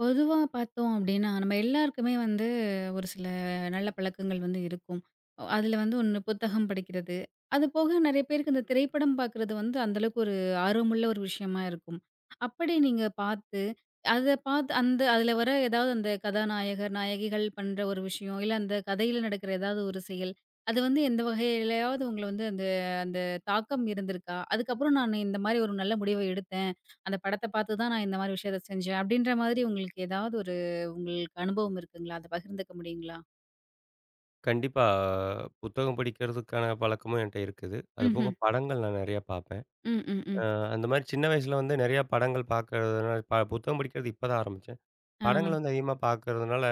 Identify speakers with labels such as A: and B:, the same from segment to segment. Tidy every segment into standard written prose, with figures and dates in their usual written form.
A: பொதுவா பார்த்தோம் அப்டின்னா, நம்ம எல்லாருக்குமே வந்து ஒரு சில நல்ல பழக்கங்கள் வந்து இருக்கும். அதில வந்து ஒண்ணு புத்தகம் படிக்கிறது. அது போக நெறைய பேருக்கு இந்த திரைப்படம் பார்க்குறது வந்து அந்த அளவுக்கு ஒரு ஆர்வமுள்ள ஒரு விஷயமா இருக்கும். அப்படி நீங்க பார்த்து, அத பார்த்து அந்த அதில வர ஏதாவது அந்த கதாநாயகர், நாயகிகள் பண்ற ஒரு விஷயம், இல்ல அந்த கதையில நடக்கிற ஏதாவது ஒரு செயல், அது வந்து எந்த வகையிலயாவது உங்கள வந்து அந்த அந்த தாக்கம் இருந்திருக்கா? அதுக்கப்புறம் நான் இந்த மாரி ஒரு நல்ல முடிவு எடுத்தேன். அந்த படத்த பார்த்து தான் நான் இந்த மாரி விஷயத்த செஞ்சேன். அப்படின்ற மாதிரி உங்களுக்கு ஏதாவது ஒரு உங்களுக்கு அனுபவம் இருக்குங்களா? அத பகிர்ந்துக்க முடியுங்களா?
B: கண்டிப்பா. புத்தகம் படிக்கிறதுக்கான பழக்கமும் என்ட்ட இருக்குது. அதுபோக
A: ம்ஹ்ம்.
B: படங்கள் நான் நெறையா பார்ப்பேன்.
A: ம், ம்,
B: அ
A: ம்.
B: அந்த மாரி சின்ன வயசுல வந்து நெறையா படங்கள் பார்க்கறதுனால புத்தகம் படிக்கிறது இப்ப தான் ஆரம்பிச்சேன்.
A: ஆ.
B: படங்கள் வந்து அதிகமா பார்க்கறதுனால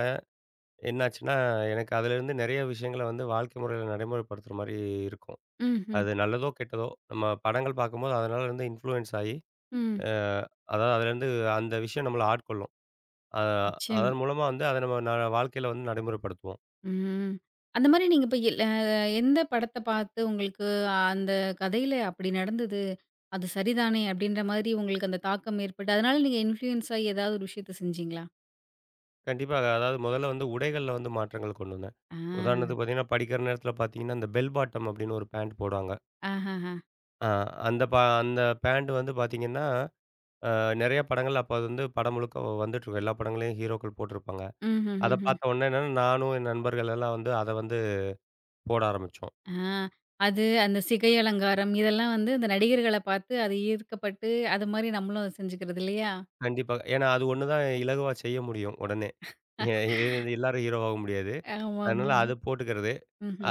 B: என்னாச்சுன்னா, எனக்கு அதுலேருந்து நெறைய விஷயங்கள வந்து வாழ்க்கை முறையில நடைமுறைப்படுத்துற மாரி இருக்கும்.
A: ம்ஹ்ம்.
B: அது நல்லதோ, கெட்டதோ, நம்ம படங்கள் பார்க்கும்போது அதனால இருந்து இன்ஃப்ளூயன்ஸ் ஆயி,
A: ம்.
B: அ அதாவது அதுலேருந்து அந்த விஷயம் நம்மள ஆட்கொள்ளும். அ
A: நிச்சயமா.
B: அதன் மூலமா வந்து அத நம்ம வாழ்க்கையில வந்து நடைமுறைப்படுத்துவோம்.
A: ம். அந்த மாரி நீங்க இப்ப எல் அ எந்த படத்த பார்த்து உங்களுக்கு அந்த கதையில அப்படி நடந்தது. அது சரிதானே அப்படின்ற மாதிரி உங்களுக்கு அந்த தாக்கம் ஏற்பட்டு, அதனால நீங்க இன்ஃப்ளூயன்ஸ் ஆயி ஏதாவது ஒரு விஷயத்த செஞ்சீங்களா?
B: கண்டிப்பாக. அதாவது முதல்ல வந்து உடைகள்ல வந்து மாற்றங்கள் கொண்டு வந்தேன்.
A: ஆ.
B: உதாரணத்துக்கு பார்த்தீங்கன்னா, படிக்கிற நேரத்தில பார்த்தீங்கன்னா, இந்த பெல் பாட்டம் அப்படின்னு ஒரு பேண்ட் போடுவாங்க.
A: ஆஹஹ.
B: அ அந்த ப அந்த பேண்ட் வந்து பார்த்தீங்கன்னா, அ நெறைய படங்கள்ல அப்ப அது வந்து படம் முழுக்க வந்துட்டுருக்கும். எல்லா படங்களையும் ஹீரோக்கள் போட்டிருப்பாங்க. அத
A: ம்ஹ்ஹ்ம்.
B: பார்த்த உடனே என்னன்னா, நானும் என் நண்பர்கள் எல்லாம் வந்து அத வந்து போட ஆரம்பிச்சோம்.
A: ஆ. அது அந்த சிகை அலங்காரம் இதெல்லாம் வந்து அந்த நடிகர்கள பார்த்து அது ஈர்க்கப்பட்டு, அது மாரி நம்மளும் செஞ்சுக்கிறது இல்லையா?
B: கண்டிப்பா. ஏன்னா அது ஒண்ணு தான் இலகுவா செய்ய முடியும் உடனே. இது இது எல்லாரும் ஹீரோவாக முடியாது. அதனால
A: ஆமாமாமா.
B: அது போட்டுக்கிறது.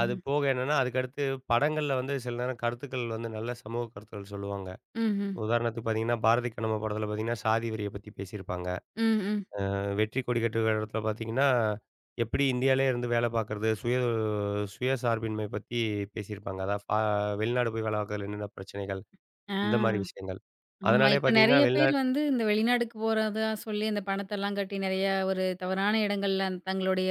B: அது போக என்னன்னா, அதுக்கடுத்து படங்கள்ல வந்து சில நேரம் கருத்துக்கள் வந்து நல்ல சமூக கருத்துக்கள் சொல்லுவாங்க.
A: ம்ஹ்ம்.
B: உதாரணத்துக்கு பார்த்தீங்கன்னா, பாரதி கண்ணம்மா படத்தில பார்த்தீங்கன்னா, சாதி வெறிய பத்தி பேசியிருப்பாங்க.
A: ம், ம்.
B: வெற்றி கொடி கட்டுற இடத்துல பார்த்தீங்கன்னா, எப்படி இந்தியாவிலே இருந்து வேலை பார்க்குறது, சுயசார்பின்மை பத்தி பேசியிருப்பாங்க. அதான். வெளிநாடு போய் வேலை பார்க்குறதுல என்னென்ன பிரச்சனைகள்,
A: ஆ.
B: இந்த மாரி விஷயங்கள்.
A: ஆமா.
B: அதனாலேயே
A: இப்ப
B: பார்த்தீங்கன்னா,
A: நெறைய பேர் வந்து இந்த வெளிநாடுக்கு போறதா சொல்லி அந்த பணத்தெல்லாம் கட்டி நெறைய ஒரு தவறான இடங்கள்ல அந்த தங்களுடைய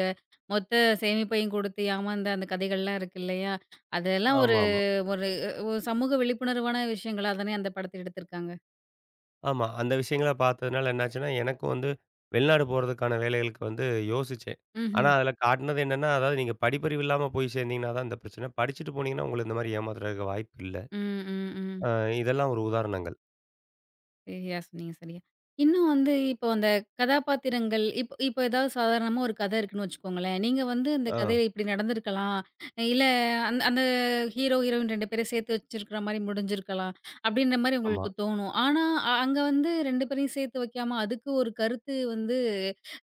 A: மொத்த சேமிப்பையும் கொடுத்து ஏமாந்த அந்த கதைகள்லாம் இருக்கு இல்லையா? அதெல்லாம் ஒரு
B: ஆமாமா.
A: ஒரு ஒரு சமூக விழிப்புணர்வான விஷயங்களா தானே அந்த படத்த எடுத்திருக்காங்க.
B: ஆமா. அந்த விஷயங்கள பார்த்ததுனால என்னாச்சுன்னா, எனக்கும் வந்து வெளிநாடு போறதுக்கான வேலைகளுக்கு வந்து யோசிச்சேன். ஆனா,
A: ம்ஹ்ம்.
B: அதில காட்டுனது என்னன்னா, அதாவது நீங்க படிப்பறிவு இல்லாம போய் சேர்ந்தீங்கன்னா தான் இந்த பிரச்சனை. படிச்சுட்டு போனீங்கன்னா, உங்கள இந்த மாரி ஏமாத்துறதுக்கு வாய்ப்பு இல்ல.
A: ம், ம், ம்.
B: அ இதெல்லாம் ஒரு உதாரணங்கள்.
A: சரியா சொன்னீங்க, சரியா. இன்னும் வந்து இப்போ அந்த கதாபாத்திரங்கள் இப்போ இப்போ ஏதாவது சாதாரணமா ஒரு கதை இருக்குன்னு வச்சுக்கோங்களேன். நீங்க வந்து அந்த
B: ஆ.
A: கதையில இப்படி நடந்திருக்கலாம். இல்ல அந்த அந்த ஹீரோ, ஹீரோயின் 2 பேரையும் சேர்த்து வச்சிருக்கிற மாரி முடிஞ்சிருக்கலாம். அப்படின்ற மாரி
B: ஆமா.
A: உங்களுக்கு தோணும். ஆனா, அங்க வந்து 2 பேரையும் சேர்த்து வைக்காம அதுக்கு ஒரு கருத்து வந்து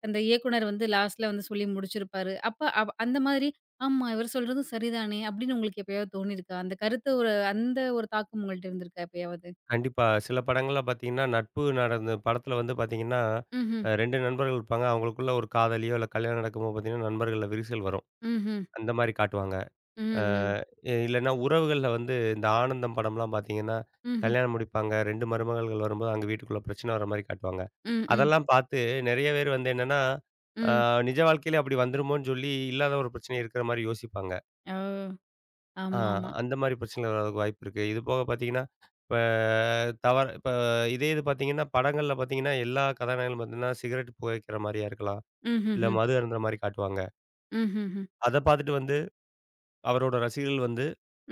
A: அந்த இயக்குனர் வந்து லாஸ்ட்ல வந்து சொல்லி முடிச்சிருப்பாரு. அப்ப அந்த மாதிரி ஆமா இவர் சொல்றதும் சரிதானே அப்படின்னு உங்களுக்கு எப்பயாவது தோணியிருக்கா? அந்த கருத்து ஒரு அந்த ஒரு தாக்கம் உங்கள்ட்ட இருந்திருக்கா எப்பயாவது?
B: கண்டிப்பா. சில படங்கள்ல பார்த்தீங்கன்னா, நட்பு நடந்த படத்துல வந்து பார்த்தீங்கன்னா,
A: ம்ஹ்ம்.
B: 2 நண்பர்கள் இருப்பாங்க. அவங்களுக்குள்ள ஒரு காதலியோ, இல்ல கல்யாணம் நடக்கும்போது பார்த்தீங்கன்னா, நண்பர்கள்ல விரிசல் வரும்.
A: ம்ஹ்ம்.
B: அந்த மாரி காட்டுவாங்க.
A: ம்,
B: அ
A: ம்.
B: இல்லன்னா உறவுகள்ல வந்து இந்த ஆனந்தம் படம்லாம் பார்த்தீங்கன்னா,
A: ம்ஹ்ம்.
B: கல்யாணம் முடிப்பாங்க. 2 மருமகள்கள் வரும்போது அங்க வீட்டுக்குள்ள பிரச்சனை வர மாரி காட்டுவாங்க.
A: ம், ம்,
B: அதெல்லாம் பார்த்து நெறைய பேர் வந்து என்னன்னா, அ
A: ம்.
B: நிஜ வாழ்க்கையில அப்படி வந்துருமோன்னு சொல்லி இல்லாத ஒரு பிரச்சனைய இருக்கிற மாரி யோசிப்பாங்க.
A: ஓ!
B: ஆ,
A: ஆமாமா.
B: அந்த மாரி பிரச்சனைகள் வர்றதுக்கு வாய்ப்பு இருக்கு. இது போக பார்த்தீங்கன்னா, இப்ப தவற இப்ப இதே இது பார்த்தீங்கன்னா, படங்கள்ல பார்த்தீங்கன்னா, எல்லா கதாநாயகர்களும் பார்த்தீங்கன்னா, சிகரெட் புகைக்கிற மாரியா இருக்கலாம். இல்ல
A: ம்ஹ்ஹ்ம்.
B: மது அருந்துற மாரி காட்டுவாங்க.
A: ம்ஹ்ஹ்ம்.
B: அத பார்த்துட்டு வந்து அவரோட ரசிகர்கள் வந்து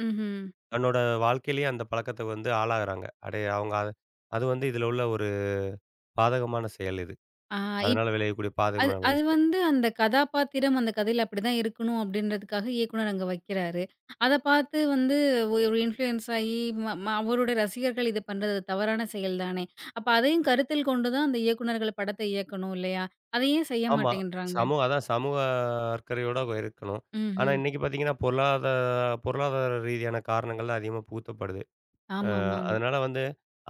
A: ம்ஹ்ம்.
B: தன்னோட வாழ்க்கையிலேயே அந்த பழக்கத்த வந்து ஆளாகுறாங்க. அடே அவங்க அத அது வந்து இதுல உள்ள ஒரு பாதகமான செயல் இது.
A: ஆ இப்
B: அதனால விளையக்கூடிய
A: அது
B: பாதகமான ஒரு
A: அது
B: விஷயம்.
A: வந்து அந்த கதாபாத்திரம் அந்த கதையில அப்படிதான் இருக்கணும் அப்படின்றதுக்காக இயக்குனர் அங்க வைக்கிறாரு. அத பார்த்து வந்து ஒரு இன்ஃப்ளூயன்ஸ் ஆயி ம ம அவருடைய ரசிகர்கள் இது பண்றது தவறான செயல் தானே! அப்ப அதையும் கருத்தில் கொண்டு தான் அந்த இயக்குனர்கள் படத்த இயக்கணும் இல்லையா? அத ஏன் செய்ய
B: ஆமா.
A: மாட்டேங்கிறாங்க?
B: சமூக அக்கறையோட இருக்கணும். ஆனா
A: ம்ஹ்ம்.
B: இன்னைக்கு பார்த்தீங்கன்னா, பொருளாதார பொருளாதார ரீதியான காரணங்கள்ல அதிகமா புகுத்தப்படுது. அ
A: ஆமாமாமா.
B: அதனால வந்து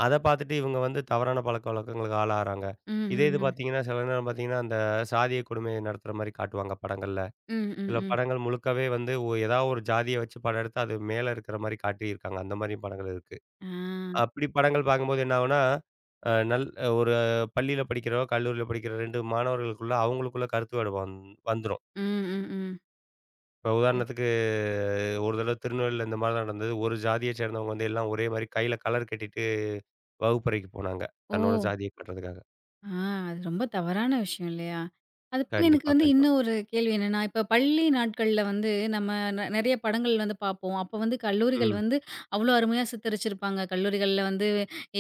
B: அத பார்த்துட்டு இவங்க வந்து தவறான பழக்கவழக்கங்களுக்கு ஆளாகுறாங்க. இதே இது
A: ம்ஹ்ஹ்ம்.
B: பார்த்தீங்கன்னா, சில நேரம் பார்த்தீங்கன்னா, அந்த சாதிய கொடுமைய நடத்துற மாரி காட்டுவாங்க படங்கள்ல.
A: ம், ம்,
B: சில
A: ம்.
B: படங்கள் முழுக்கவே வந்து ஏதாவது ஒரு ஜாதிய வச்சு படம் எடுத்து அது மேல இருக்கிற மாரி காட்டியிருக்காங்க. அந்த மாரியும் படங்கள் இருக்கு.
A: ஆ.
B: அப்படி படங்கள் பார்க்கும்போது என்ன ஆகும்னா, அ நல் ஒரு பள்ளியில படிக்கிற, கல்லூரியில படிக்கிற 2 மாணவர்களுக்குள்ள அவங்களுக்குள்ள கருத்து வேறுபாடு வந்துரும்.
A: ம், ம்,
B: இப்ப
A: ம்.
B: உதாரணத்துக்கு ஒரு தடவ திருநெல்வேலியில இந்த மாரி தான் நடந்தது. ஒரு ஜாதிய சேர்ந்தவங்க வந்து எல்லாம் ஒரே மாரி கையில கலர் கட்டிட்டு வகுப்பறைக்கு போனாங்க.
A: ஓ!
B: தன்னோட ஜாதிய காட்டுறதுக்காக.
A: ஆ, அது ரொம்ப தவறான விஷயம் இல்லையா? அது போக எனக்கு
B: கண்டிப்பா,
A: வந்து
B: கண்டிப்பா.
A: இன்னும் ஒரு கேள்வி என்னன்னா, இப்ப பள்ளி நாட்கள்ல வந்து நம்ம நெறைய படங்கள் வந்து பார்ப்போம். அப்ப வந்து கல்லூரிகள்
B: ம்.
A: வந்து அவ்ளோ அருமையா சித்தரிச்சிருப்பாங்க. கல்லூரிகள்ல வந்து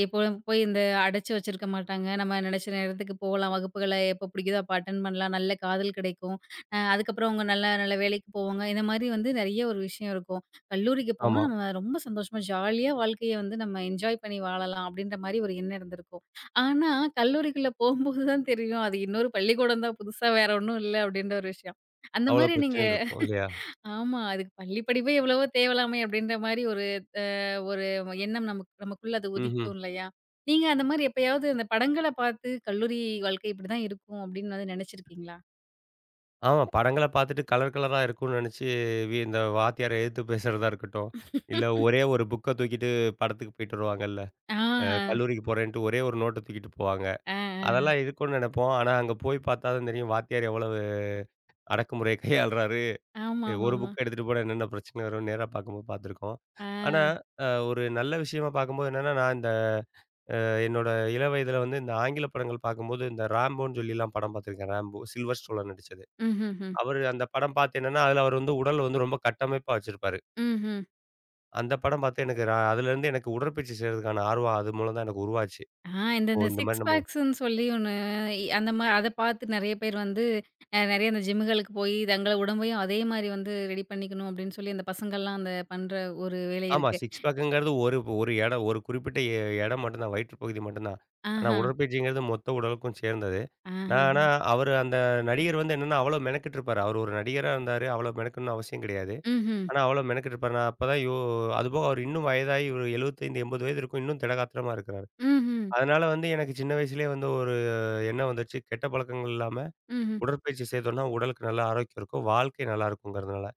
A: இப்போ போய் இந்த அடைச்சு வச்சிருக்க மாட்டாங்க. நம்ம நெனைச்ச நேரத்துக்கு போகலாம். வகுப்புகள எப்போ பிடிக்குதோ அப்ப அட்டெண்ட் பண்ணலாம். நல்ல காதல் கிடைக்கும். அதுக்கப்புறம் அவங்க நல்ல நல்ல வேலைக்கு போவாங்க. இந்த மாரி வந்து நெறைய ஒரு விஷயம் இருக்கும். கல்லூரிக்கு போனா
B: ஆமா.
A: நம்ம ரொம்ப சந்தோஷமா, ஜாலியா வாழ்க்கைய வந்து நம்ம என்ஜாய் பண்ணி வாழலாம். அப்படின்ற மாரி ஒரு எண்ணம் இருந்திருக்கும். ஆனா, கல்லூரிக்குள்ள போம்போது தான் தெரியும். அது இன்னொரு பள்ளிக்கூடம் தான் புதுசா வேற ஒண்ணும் இல்ல அப்டின்ற ஒரு விஷயம். அந்த
B: அவ்ளோ
A: மாரி நீங்க
B: பிரச்சனைகள் இருக்கும் இல்லையா?
A: ஆமா. அதுக்கு பள்ளி படிப்பே எவ்வளவோ தேவலாமே அப்டின்ற மாரி ஒரு ஒரு எண்ணம் நமக்கு நமக்குள்ள அது
B: ம்ஹ்ம்.
A: உதிக்கும் இல்லையா? நீங்க அந்த மாரி எப்பயாவது அந்த படங்கள பார்த்து கல்லூரி வாழ்க்கை இப்டிதான் இருக்கும் அப்டின்னு வந்து நெனச்சிருக்கீங்களா?
B: ஆமா. படங்கள பார்த்துட்டு கலர் கலரா இருக்கும்னு நெனச்சு இந்த வாத்தியார எதிர்த்து பேசுறதா இருக்கட்டும். இல்ல ஒரே ஒரு புக்க தூக்கிட்டு படத்துக்கு போயிட்டு வருவாங்கல்ல.
A: ஆ,
B: கல்லூரிக்கு போறேன்ட்டு ஒரே ஒரு நோட்ட தூக்கிட்டு போவாங்க.
A: ஆ, ஆ.
B: அதெல்லாம் இருக்கும்னு நெனப்போம். ஆனா அங்க போய் பார்த்தா தான் தெரியும் வாத்தியார் எவ்வளவு அடக்குமுறைய கையாளுறாரு. ஒரு
A: ஆமாமாமா.
B: புக்க எடுத்துட்டு போனா என்னென்ன பிரச்சனை வரும்னு நேரா பார்க்கும்போது பார்த்துருக்கோம்.
A: ஆ.
B: ஆனா, ஒரு நல்ல விஷயமா பார்க்கும்போது என்னன்னா, நான் இந்த என்னோட இள வயதில வந்து இந்த ஆங்கில படங்கள் பார்க்கும்போது, இந்த ராம்போன்னு சொல்லிலாம் படம் பார்த்துருக்கேன். ராம்போ சில்வர் ஸ்டோன்ல நடிச்சது.
A: ம்ஹ்ஹ்ம்.
B: அவரு அந்த படம் பார்த்து என்னன்னா, அதுல அவர் வந்து உடல் வந்து ரொம்ப கட்டமைப்பா வச்சிருப்பாரு.
A: ம்ஹ்ம்.
B: அந்த படம் பார்த்து எனக்கு அதுலேருந்து எனக்கு உடற்பயிற்சி செய்றதுக்கான ஆர்வம் அது மூலம் தான் எனக்கு உருவாச்சு.
A: ஆ இந்த
B: ஓ!
A: இந்த
B: இந்த மாரி
A: சிக்ஸ்
B: நம்ம
A: பேக்ஸ்ன்னு சொல்லி ஒண்ணு அந்த அத பார்த்து நெறைய பேர் வந்து நெறைய அந்த ஜிம்முகளுக்கு போய் தங்கள உடம்பையும் அதே மாரி வந்து ரெடி பண்ணிக்கணும் அப்படின்னு சொல்லி அந்த பசங்கள்லாம் அந்த பண்ற ஒரு வேலை
B: ஆமா.
A: இருக்கு.
B: சிக்ஸ் பேக்குங்கிறது ஒரு ஒரு இடம், ஒரு குறிப்பிட்ட இடம் மட்டும் தான். வயிற்று பகுதி மட்டும் தான். ஆனா
A: ஆஹா,
B: உடற்பயிற்சிங்கிறது மொத்த உடலுக்கும் சேர்ந்தது. நான்
A: ஆஹா.
B: ஆனா அவரு அந்த நடிகர் வந்து என்னன்னா, அவ்வளோ மெனக்கிட்டு இருப்பாரு. அவர் ஒரு நடிகரா இருந்தாரு. அவ்வளோ மெனக்கணும்னு அவசியம் கிடையாது.
A: ம்ஹ்ம்.
B: ஆனா, அவ்வளோ மெனக்கெட்டுருப்பாரு. நான் அப்பதான் யோ அதுபோக அவர் இன்னும் வயதாகி ஒரு 75, 80 வயது இருக்கும். இன்னும் திடகாத்திரமா இருக்கிறாரு.
A: ம்ஹ்ம்.
B: அதனால வந்து எனக்கு சின்ன வயசுலயே வந்து ஒரு எண்ணம் வந்துருச்சு. கெட்ட பழக்கங்கள் இல்லாம
A: ம்ஹ்ம். ம்.
B: உடற்பயிற்சி செய்தோம்னா, உடலுக்கு நல்ல ஆரோக்கியம் இருக்கும். வாழ்க்கை நல்லா இருக்குங்கிறதுனால.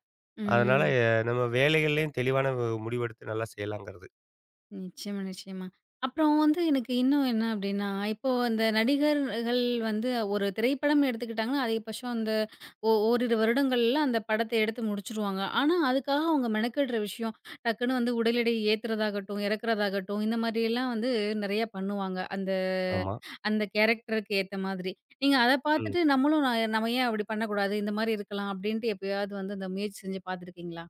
B: அதனால,
A: ம்
B: நம்ம வேலைகள்லயும் தெளிவான முடிவெடுத்து நல்லா செய்யலாங்கிறது.
A: நிச்சயமா, நிச்சயமா. அப்புறம் வந்து எனக்கு இன்னும் என்ன அப்டின்னா, இப்போ அந்த நடிகர்கள் வந்து ஒரு திரைப்படம் எடுத்துக்கிட்டாங்கன்னா, அதிகபட்சம் அந்த ஓரிரு வருடங்கள்ல அந்த படத்த எடுத்து முடிச்சுருவாங்க. ஆனா, அதுக்காக அவங்க மெனக்கெடுற விஷயம், டக்குன்னு வந்து உடல் எடையை ஏத்துறதாகட்டும், இறக்குறதாகட்டும், இந்த மாதிரியெல்லாம் வந்து நெறையா பண்ணுவாங்க. அந்த
B: ஆமா.
A: அந்த கேரக்டருக்கு ஏத்த மாதிரி. நீங்க அத
B: ம்.
A: பார்த்துட்டு நம்மளும் நம்ம ஏன் அப்டி பண்ணக்கூடாது? இந்த மாரி இருக்கலாம் அப்டின்ட்டு எப்பயாவது வந்து அந்த முயற்சி செஞ்சு பார்த்துருக்கீங்களா?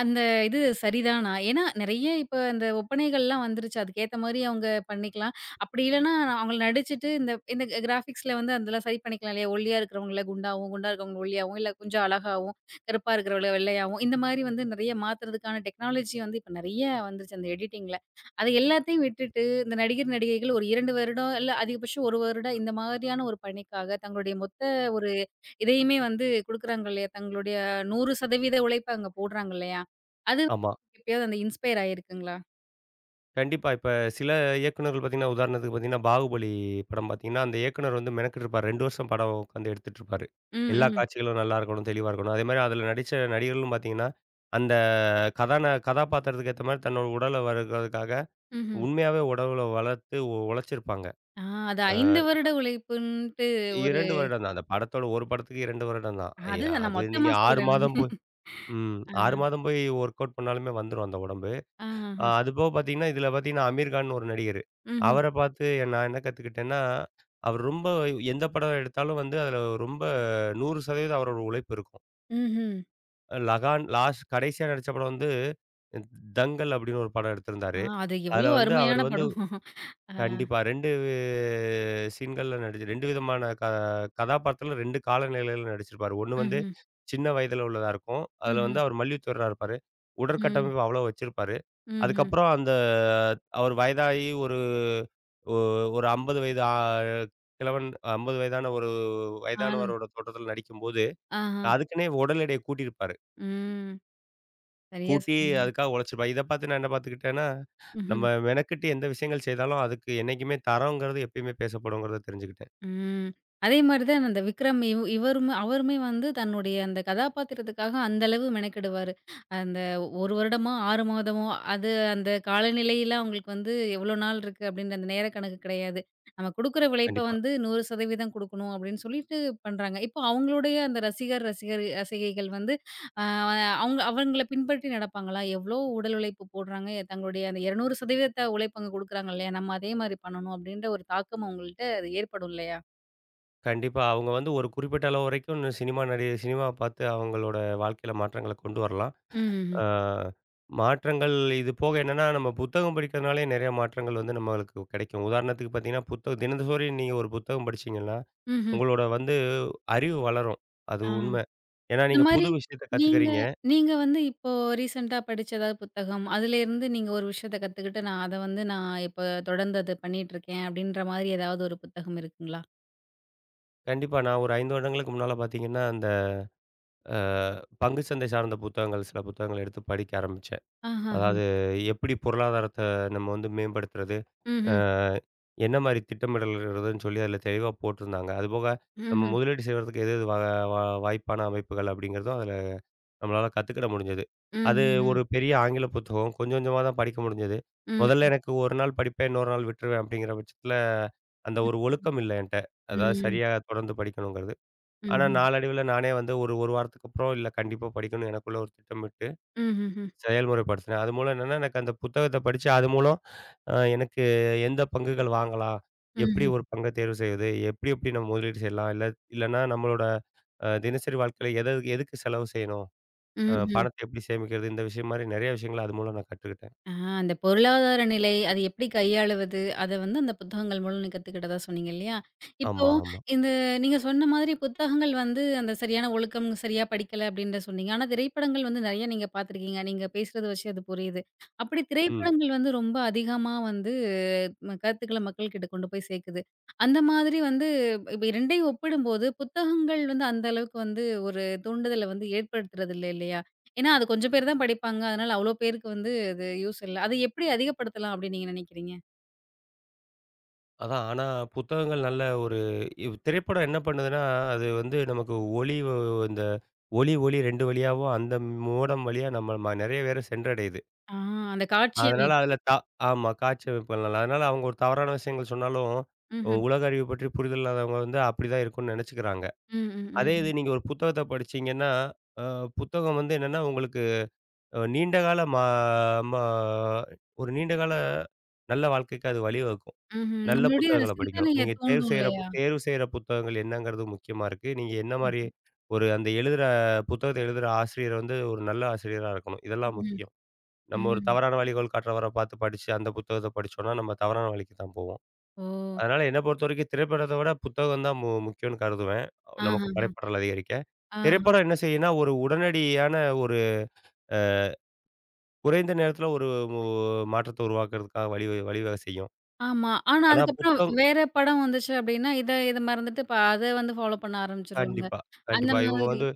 A: அந்த இது சரிதானா? ஏன்னா நெறைய இப்ப அந்த ஒப்பனைகள்லாம் வந்துருச்சு. அதுக்கேத்த மாரி அவங்க பண்ணிக்கலாம். அப்படி இல்லன்னா, அவங்கள நடிச்சுட்டு இந்த இந்த கிராபிக்ஸ்ல வந்து அதெல்லாம் சரி பண்ணிக்கலாம் இல்லையா? ஒல்லியா இருக்கிறவங்கள குண்டாவும், குண்டா இருக்கிறவங்கள ஒல்லியாவும், இல்ல கொஞ்சம் அழகாவும், கருப்பா இருக்கிறவள வெள்ளையாவும், இந்த மாரி வந்து நெறைய மாத்துறதுக்கான டெக்னாலஜி வந்து இப்ப நெறைய வந்துருச்சு அந்த எடிட்டிங்ல. அது எல்லாத்தையும் விட்டுட்டு, இந்த நடிகர், நடிகைகள் ஒரு 2 வருடம், இல்ல அதிகபட்சம் 1 வருடம் இந்த மாதிரியான ஒரு பணிக்காக தங்களுடைய மொத்த ஒரு இதையுமே வந்து குடுக்குறாங்க இல்லையா? தங்களுடைய 100% உழைப்ப அங்க போடுறாங்க இல்லையா? அது
B: ஆமா.
A: எப்பயாவது அந்த இன்ஸ்பயர் ஆயிருக்குங்களா?
B: கண்டிப்பா. இப்ப சில இயக்குனர்கள் பார்த்தீங்கன்னா, உதாரணத்துக்கு பார்த்தீங்கன்னா, பாகுபலி படம் பார்த்தீங்கன்னா, அந்த இயக்குனர் வந்து மெனக்கெட்டுருப்பாரு. 2 வருஷம் படம் உட்காந்து எடுத்துட்டுருப்பாரு.
A: ம்,
B: எல்லா
A: ம்.
B: காட்சிகளும் நல்லா இருக்கணும், தெளிவா இருக்கணும். அதேமாரி அதில நடிச்ச நடிகர்களும் பார்த்தீங்கன்னா, அந்த கதாபாத்திரத்துக்கு ஏத்த மாரி தன்னோட உடல வளர்க்கிறதுக்காக
A: ம்ஹ்ம்.
B: உண்மையாவே உடல வளர்த்து உழைச்சிருப்பாங்க.
A: ஆ அது 5 வருட உழைப்புன்ட்டு ஒரு
B: 2 வருடம் தான். அந்த படத்தோட ஒரு படத்துக்கு 2 வருடம் தான்.
A: அதுதான் நான்
B: அது நீங்க
A: மொத்தமா
B: 6
A: சொல்றேன் நானு.
B: மாதம் போய், ம்
A: ஆ.
B: 6 மாதம் போய் ஒர்க் அவுட் பண்ணாலுமே வந்துரும் அந்த உடம்பு.
A: ஆஹஹ.
B: அது போக பார்த்தீங்கன்னா, இதில பார்த்தீங்கன்னா, அமீர் கான் ஒரு நடிகரு.
A: ம்ஹ்ம்.
B: அவர பார்த்து நான் என்ன கத்துக்கிட்டேன்னா, அவர் ரொம்ப எந்த படம் எடுத்தாலும் வந்து அதில ரொம்ப 100% அவரோட உழைப்பு இருக்கும்.
A: ம்ஹ்ம்.
B: லகான், கடைசியா நடிச்ச படம் வந்து, "தங்கல்" அப்படின்னு ஒரு படம்
A: ஆ
B: எடுத்திருந்தாரு.
A: அது
B: அதில
A: எவ்ளோ
B: வந்து அவர்
A: அருமையான
B: வந்து
A: படம். ஆ.
B: கண்டிப்பா. 2 சீன்கள்ல நடிச்சு 2 விதமான கதாபாத்திரத்துல 2 காலநிலையில நடிச்சிருப்பாரு. ஒண்ணு வந்து
A: ம்ஹ்ம்.
B: சின்ன வயதுல உள்ளதா இருக்கும். அதுல வந்து
A: ம்ஹ்ம்.
B: அவர் மல்யுத்த வீரரா இருப்பாரு.
A: ம்.
B: உடற்கட்டமைப்பு அவ்வளோ வச்சிருப்பாரு.
A: ம்ஹ்ம்.
B: அதுக்கப்புறம் அந்த அவர் வயதாகி, ஒ ஒரு 50 வயது, ஆ கிழவன் 50 வயதான ஒரு
A: ஆன்
B: வயதானவரோட தோற்றத்துல நடிக்கும்போது,
A: ஆஹ.
B: அதுக்குன்னே உடல் எடைய கூட்டியிருப்பாரு.
A: ம். சரியா
B: கூட்டி
A: சொன்னீங்க.
B: அதுக்காக உழைச்சிருப்பா. இத பார்த்து நான் என்ன பார்த்துக்கிட்டேன்னா,
A: ம்ஹ்ம்.
B: நம்ம மெனக்கெட்டு எந்த விஷயங்கள் செய்தாலும், அதுக்கு என்னைக்குமே தரம்ங்கிறது எப்பயுமே பேசப்படுங்கிறத தெரிஞ்சுக்கிட்டேன்.
A: ம். அதே மாரி தான் அந்த விக்ரம் இவருமே அவருமே வந்து தன்னுடைய அந்த கதாபாத்திரத்துக்காக அந்த அளவு மெனக்கெடுவாரு. அந்த 1 வருடமோ, 6 மாதமோ அது அந்த காலநிலையிலாம் அவங்களுக்கு வந்து எவ்வளோ நாள் இருக்கு அப்டின்ற அந்த நேர கணக்கு கிடையாது. நம்ம குடுக்குற உழைப்ப
B: கண்டிப்பா.
A: வந்து 100% குடுக்கணும் அப்டின்னு சொல்லிட்டு பண்றாங்க. இப்போ அவங்களுடைய அந்த ரசிகர், ரசிகைகள் வந்து அ அவங்க அவங்கள பின்பற்றி நடப்பாங்களா? எவ்ளோ உடல் உழைப்பு போடுறாங்க, தங்களுடைய அந்த 200% உழைப்பு அங்க குடுக்குறாங்க இல்லையா? நம்ம அதே மாரி பண்ணணும் அப்டின்ற ஒரு தாக்கம் அவங்கள்ட்ட அது ஏற்படும் இல்லையா?
B: கண்டிப்பா. அவங்க வந்து ஒரு குறிப்பிட்ட அளவு வரைக்கும் இந்த சினிமாவ பார்த்து அவங்களோட வாழ்க்கையில மாற்றங்கள கொண்டு வரலாம்.
A: ம்ஹ்ஹ்ம்.
B: ஆ மாற்றங்கள் இது போக என்னன்னா, நம்ம புத்தகம் படிக்கிறதுனாலே நெறைய மாற்றங்கள் வந்து நம்மளுக்கு கிடைக்கும். உதாரணத்துக்கு பார்த்தீங்கன்னா, புத்தகம் தினசரி நீங்க ஒரு புத்தகம் படிச்சீங்கன்னா,
A: ம்ஹ்ம்.
B: உங்களோட வந்து அறிவு வளரும். அது
A: ஆ.
B: உண்ம. ஏன்னா
A: இந்த
B: நீங்க
A: மாரி
B: புது விஷயத்த
A: நீங்க
B: கத்துக்கிறீங்க.
A: நீங்க வந்து இப்போ ரீசென்ட்டா படிச்ச ஏதாவது புத்தகம், அதுலேருந்து நீங்க ஒரு விஷயத்த கத்துக்கிட்டு, நான் அத வந்து நான் இப்ப தொடர்ந்து அத பண்ணிட்டுருக்கேன் அப்படின்ற மாரி ஏதாவது ஒரு புத்தகம் இருக்குங்களா?
B: கண்டிப்பா. நான் ஒரு 5 வருடங்களுக்கு முன்னால பார்த்தீங்கன்னா, அந்த அ பங்கு சந்தை சார்ந்த புத்தகங்கள், சில புத்தகங்கள் எடுத்து படிக்க ஆரம்பிச்சேன்.
A: ஆஹஹ.
B: அதாவது எப்படி பொருளாதாரத்த நம்ம வந்து மேம்படுத்துறது? அ
A: ம்ஹ்ம்.
B: என்ன மாரி திட்டமிடல் இடுறதுன்னு சொல்லி அதில தெளிவா போட்டிருந்தாங்க. அதுபோக நம்ம
A: ம்ஹ்ம்.
B: முதலீடு செய்வதற்கு எது எது வ வ வாய்ப்பான அமைப்புகள் அப்படிங்கிறதும் அதில நம்மளால கத்துக்கிட முடிஞ்சது. அது
A: ம்ஹ்ஹ்ம்.
B: ஒரு பெரிய ஆங்கில புத்தகம். கொஞ்சம் கொஞ்சமா தான் படிக்க முடிஞ்சது.
A: ம்.
B: முதல்ல எனக்கு ஒரு நாள் படிப்பேன், இன்னொரு நாள் விட்டுருவேன் அப்படிங்கிற பட்சத்தில, அந்த ஒரு
A: ம்.
B: ஒழுக்கம் இல்ல என்ட்ட. அதாவது
A: ம்.
B: சரியா தொடர்ந்து படிக்கணுங்கிறது. ஆனா
A: ம்ஹ்ம்.
B: நாளடைவில நானே வந்து ஒரு வாரத்துக்கு அப்புறம் இல்ல கண்டிப்பா படிக்கணும்னு எனக்குள்ள ஒரு திட்டமிட்டு
A: ம்ஹ்ம்.
B: செயல்முறைப்படுத்தினேன். அது மூலம் என்னன்னா, எனக்கு அந்த புத்தகத்த படிச்சு அது மூலம், எனக்கு எந்த பங்குகள் வாங்கலாம்? எப்படி
A: ம்ஹ்ம்.
B: ஒரு பங்க தேர்வு செய்வது? எப்படி எப்படி நம்ம முதலீடு செய்யலாம்? இல்லன்னா நம்மளோட தினசரி வாழ்க்கையில எதுக்கு செலவு செய்யணும்?
A: ம்ஹ்ம்.
B: பணத்தை எப்படி சேமிக்கிறது? இந்த விஷயம் மாரி நெறைய விஷயங்கள அது மூலம் நான் கத்துக்கிட்டேன்.
A: ஆ அந்த பொருளாதார நிலை, அது எப்படி கையாளுவது? அத வந்து அந்த புத்தகங்கள் மூலம் நீங்க கத்துக்கிட்டதா சொன்னீங்க இல்லையா? இப்போ
B: ஆமா, ஆமா.
A: இந்த நீங்க சொன்ன மாதிரி புத்தகங்கள் வந்து அந்த சரியான ஒழுக்கம், சரியா படிக்கல அப்படின்ற சொன்னீங்க. ஆனா திரைப்படங்கள் வந்து நெறைய நீங்க பார்த்துருக்கீங்க. நீங்க பேசுறத வச்சு அது புரியுது. அப்படி
B: ம்.
A: திரைப்படங்கள் வந்து ரொம்ப அதிகமா வந்து கருத்துக்கள மக்கள்கிட்ட கொண்டு போய் சேர்க்குது. அந்த மாதிரி வந்து இப்ப 2யும் ஒப்பிடும்போது புத்தகங்கள் வந்து அந்த அளவுக்கு வந்து ஒரு தூண்டுதல வந்து ஏற்படுத்துறதில்ல இல்லையா? ஏன்னா, அது கொஞ்சம் பேர் தான் படிப்பாங்க. அதனால அவ்ளோ பேருக்கு வந்து அது யூஸ் இல்ல. அது எப்படி அதிகப்படுத்தலாம் அப்படின்னு நீங்க நினைக்கிறீங்க?
B: அதான். ஆனா, புத்தகங்கள் நல்ல ஒரு இவ் திரைப்படம் என்ன பண்ணுதுன்னா, அது வந்து நமக்கு ஒளி வ இந்த ஒளி, ஒளி 2 வழியாவும் அந்த மோடம் வழியா நம்ம நெறைய பேர சென்றடையுது.
A: ஆ அந்த காட்சி
B: அதனால அதில
A: அமைப்பு.
B: தா ஆமா. காட்சியமைப்புகள் நல்லா. அதனால அவங்க ஒரு தவறான விஷயங்கள் சொன்னாலும்,
A: ம்ஹ்ம்.
B: உலக அறிவு பற்றி புரிதல் இல்லாதவங்க வந்து அப்படிதான் இருக்கும்னு நெனச்சுக்கிறாங்க.
A: ம், ம்,
B: அதே
A: ம்ஹ்ம்.
B: இது நீங்க ஒரு புத்தகத்த படிச்சீங்கன்னா, அ புத்தகம் வந்து என்னன்னா, உங்களுக்கு நீண்ட கால மா ம ஒரு நீண்ட கால நல்ல வாழ்க்கைக்கு அது வழிவகுக்கும்.
A: ம்ஹ்ம்.
B: நல்ல
A: நம்மளுடைய
B: புத்தகங்கள படிக்கணும்.
A: சிந்தனைய
B: நீங்க தேர்வு
A: தூண்டும்
B: செய்ற பு
A: இல்லையா?
B: தேர்வு செய்ற புத்தகங்கள் என்னங்கிறது முக்கியமா இருக்கு. நீங்க என்ன மாரி
A: ம்ஹ்ம்.
B: ஒரு அந்த எழுதுற புத்தகத்த எழுதுற ஆசிரியர் வந்து ஒரு நல்ல ஆசிரியரா இருக்கணும். இதெல்லாம்
A: ம்ஹ்ம்.
B: முக்கியம். நம்ம ஒரு
A: ம்.
B: தவறான வழிகோள் காட்டுறவர பார்த்து படிச்சு, அந்த புத்தகத்த படிச்சோம்னா, நம்ம தவறான வழிக்கு தான் போவோம்.
A: ஓ!
B: அதனால என்ன பொறுத்தவரைக்கும் திரைப்படத்த விட புத்தகம் தான் முக்கியம்னு கருதுவேன். நமக்கு
A: ஆஹஹ.
B: படைப்பாற்றல் அதிகரிக்க.
A: ஆஹ.
B: திரைப்படம் என்ன செய்யும்னா, ஒரு உடனடியான ஒரு குறைந்த நேரத்தில ஒரு மு மாற்றத்த உருவாக்குறதுக்காக வழி வழிவகை செய்யும்.
A: ஆமா. ஆனா
B: ஆனா
A: அதுக்கப்புறம்
B: புத்தகம்
A: வேற படம் வந்துச்சு அப்படின்னா, இத இத மறந்துட்டு இப்ப அத வந்து ஃபாலோ பண்ண ஆரம்பிச்சுருவாங்க.
B: கண்டிப்பா,
A: அந்த
B: கண்டிப்பா. இவங்க
A: மாதிரி.
B: வந்து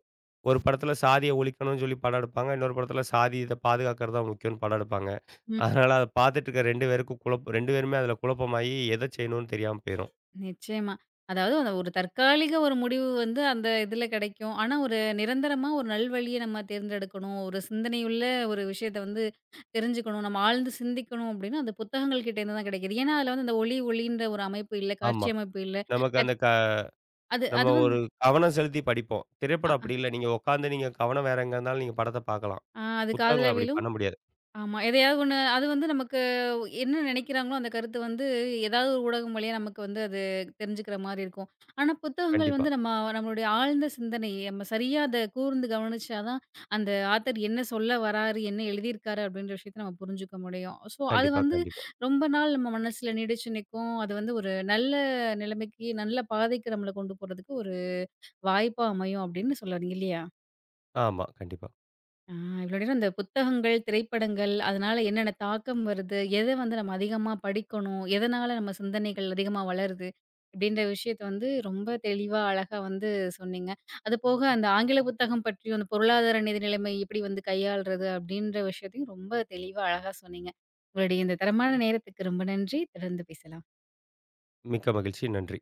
B: ஒரு படத்துல சாதிய ஒழிக்கணும்னு சொல்லி படம் எடுப்பாங்க. இன்னொரு படத்துல சாதி இத பாதுகாக்கிறது தான் முக்கியம்னு படம் எடுப்பாங்க. அதனால அத பார்த்துட்டு இருக்க 2 பேருக்கும் குழப்பம், 2 பேருமே அதுல குழப்பமாயி எத செய்யணும்னு தெரியாம போயிரும்.
A: நிச்சயமா. அதாவது அந்த ஒரு தற்காலிக ஒரு முடிவு வந்து அந்த இதுல கிடைக்கும். ஆனா ஒரு நிரந்தரமா ஒரு நல்வழிய நம்ம தேர்ந்தெடுக்கணும். ஒரு சிந்தனையுள்ள ஒரு விஷயத்த வந்து தெரிஞ்சுக்கணும். நம்ம ஆழ்ந்து சிந்திக்கணும் அப்படின்னா, அந்த புத்தகங்கள் கிட்ட இருந்து தான் கிடைக்குது. ஏன்னா, அதில வந்து அந்த ஒலி, ஒளின்ற ஒரு அமைப்பு இல்ல.
B: ஆமா.
A: காட்சி அமைப்பு இல்ல.
B: நமக்கு அந்த
A: டக்
B: க
A: அது அது
B: நம்ம
A: வந்து
B: ஒரு கவனம் செலுத்தி படிப்போம்.
A: அ,
B: திரைப்படம்
A: அ
B: அப்படி இல்ல. நீங்க உட்காந்து நீங்க கவனம் வேற எங்க இருந்தாலும் நீங்க படத்த பார்க்கலாம்.
A: ஆ, அது காதுல
B: புத்தகங்கள் அப்படி
A: விழும்.
B: பண்ண முடியாது.
A: ஆமா. எதையாவது ஒண்ணு அது வந்து நமக்கு என்ன நினைக்கிறாங்களோ, அந்த கருத்து வந்து ஏதாவது ஒரு ஊடகம் வழியா நமக்கு வந்து அது தெரிஞ்சுக்கிற மாரி இருக்கும். ஆனா, புத்தகங்கள்
B: கண்டிப்பா,
A: வந்து நம்ம நம்மளுடைய ஆழ்ந்த சிந்தனை, நம்ம சரியா அத கூர்ந்து கவனிச்சா தான், அந்த ஆத்தர் என்ன சொல்ல வராரு, என்ன எழுதியிருக்காரு அப்படின்ற விஷயத்த நம்ம புரிஞ்சுக்க முடியும். ஸோ, அது
B: கண்டிப்பா,
A: வந்து
B: கண்டிப்பா.
A: ரொம்ப நாள் நம்ம மனசுல நீடிச்சு நிக்கும். அது வந்து ஒரு நல்ல நிலைமைக்கு, நல்ல பாதைக்கு நம்மள கொண்டு போறதுக்கு ஒரு வாய்ப்பா அமையும் அப்படின்னு சொல்ல வரீங்க இல்லையா?
B: ஆமா, கண்டிப்பா.
A: ஆ இவ்ளோ நேரம் இந்த புத்தகங்கள், திரைப்படங்கள் அதனால என்னென்ன தாக்கம் வருது? எத வந்து நம்ம அதிகமா படிக்கணும்? எதனால நம்ம சிந்தனைகள் அதிகமா வளருது? அப்படின்ற விஷயத்த வந்து ரொம்ப தெளிவா, அழகா வந்து சொன்னீங்க. அது போக அந்த ஆங்கில புத்தகம் பற்றியும், அந்த பொருளாதார நிதி நிலைமை எப்படி வந்து கையாள்றது? அப்படின்ற விஷயத்தையும் ரொம்ப தெளிவா, அழகா சொன்னீங்க. உங்களுடைய இந்த தரமான நேரத்துக்கு ரொம்ப நன்றி. தொடர்ந்து பேசலாம்.
B: மிக்க மகிழ்ச்சி. நன்றி.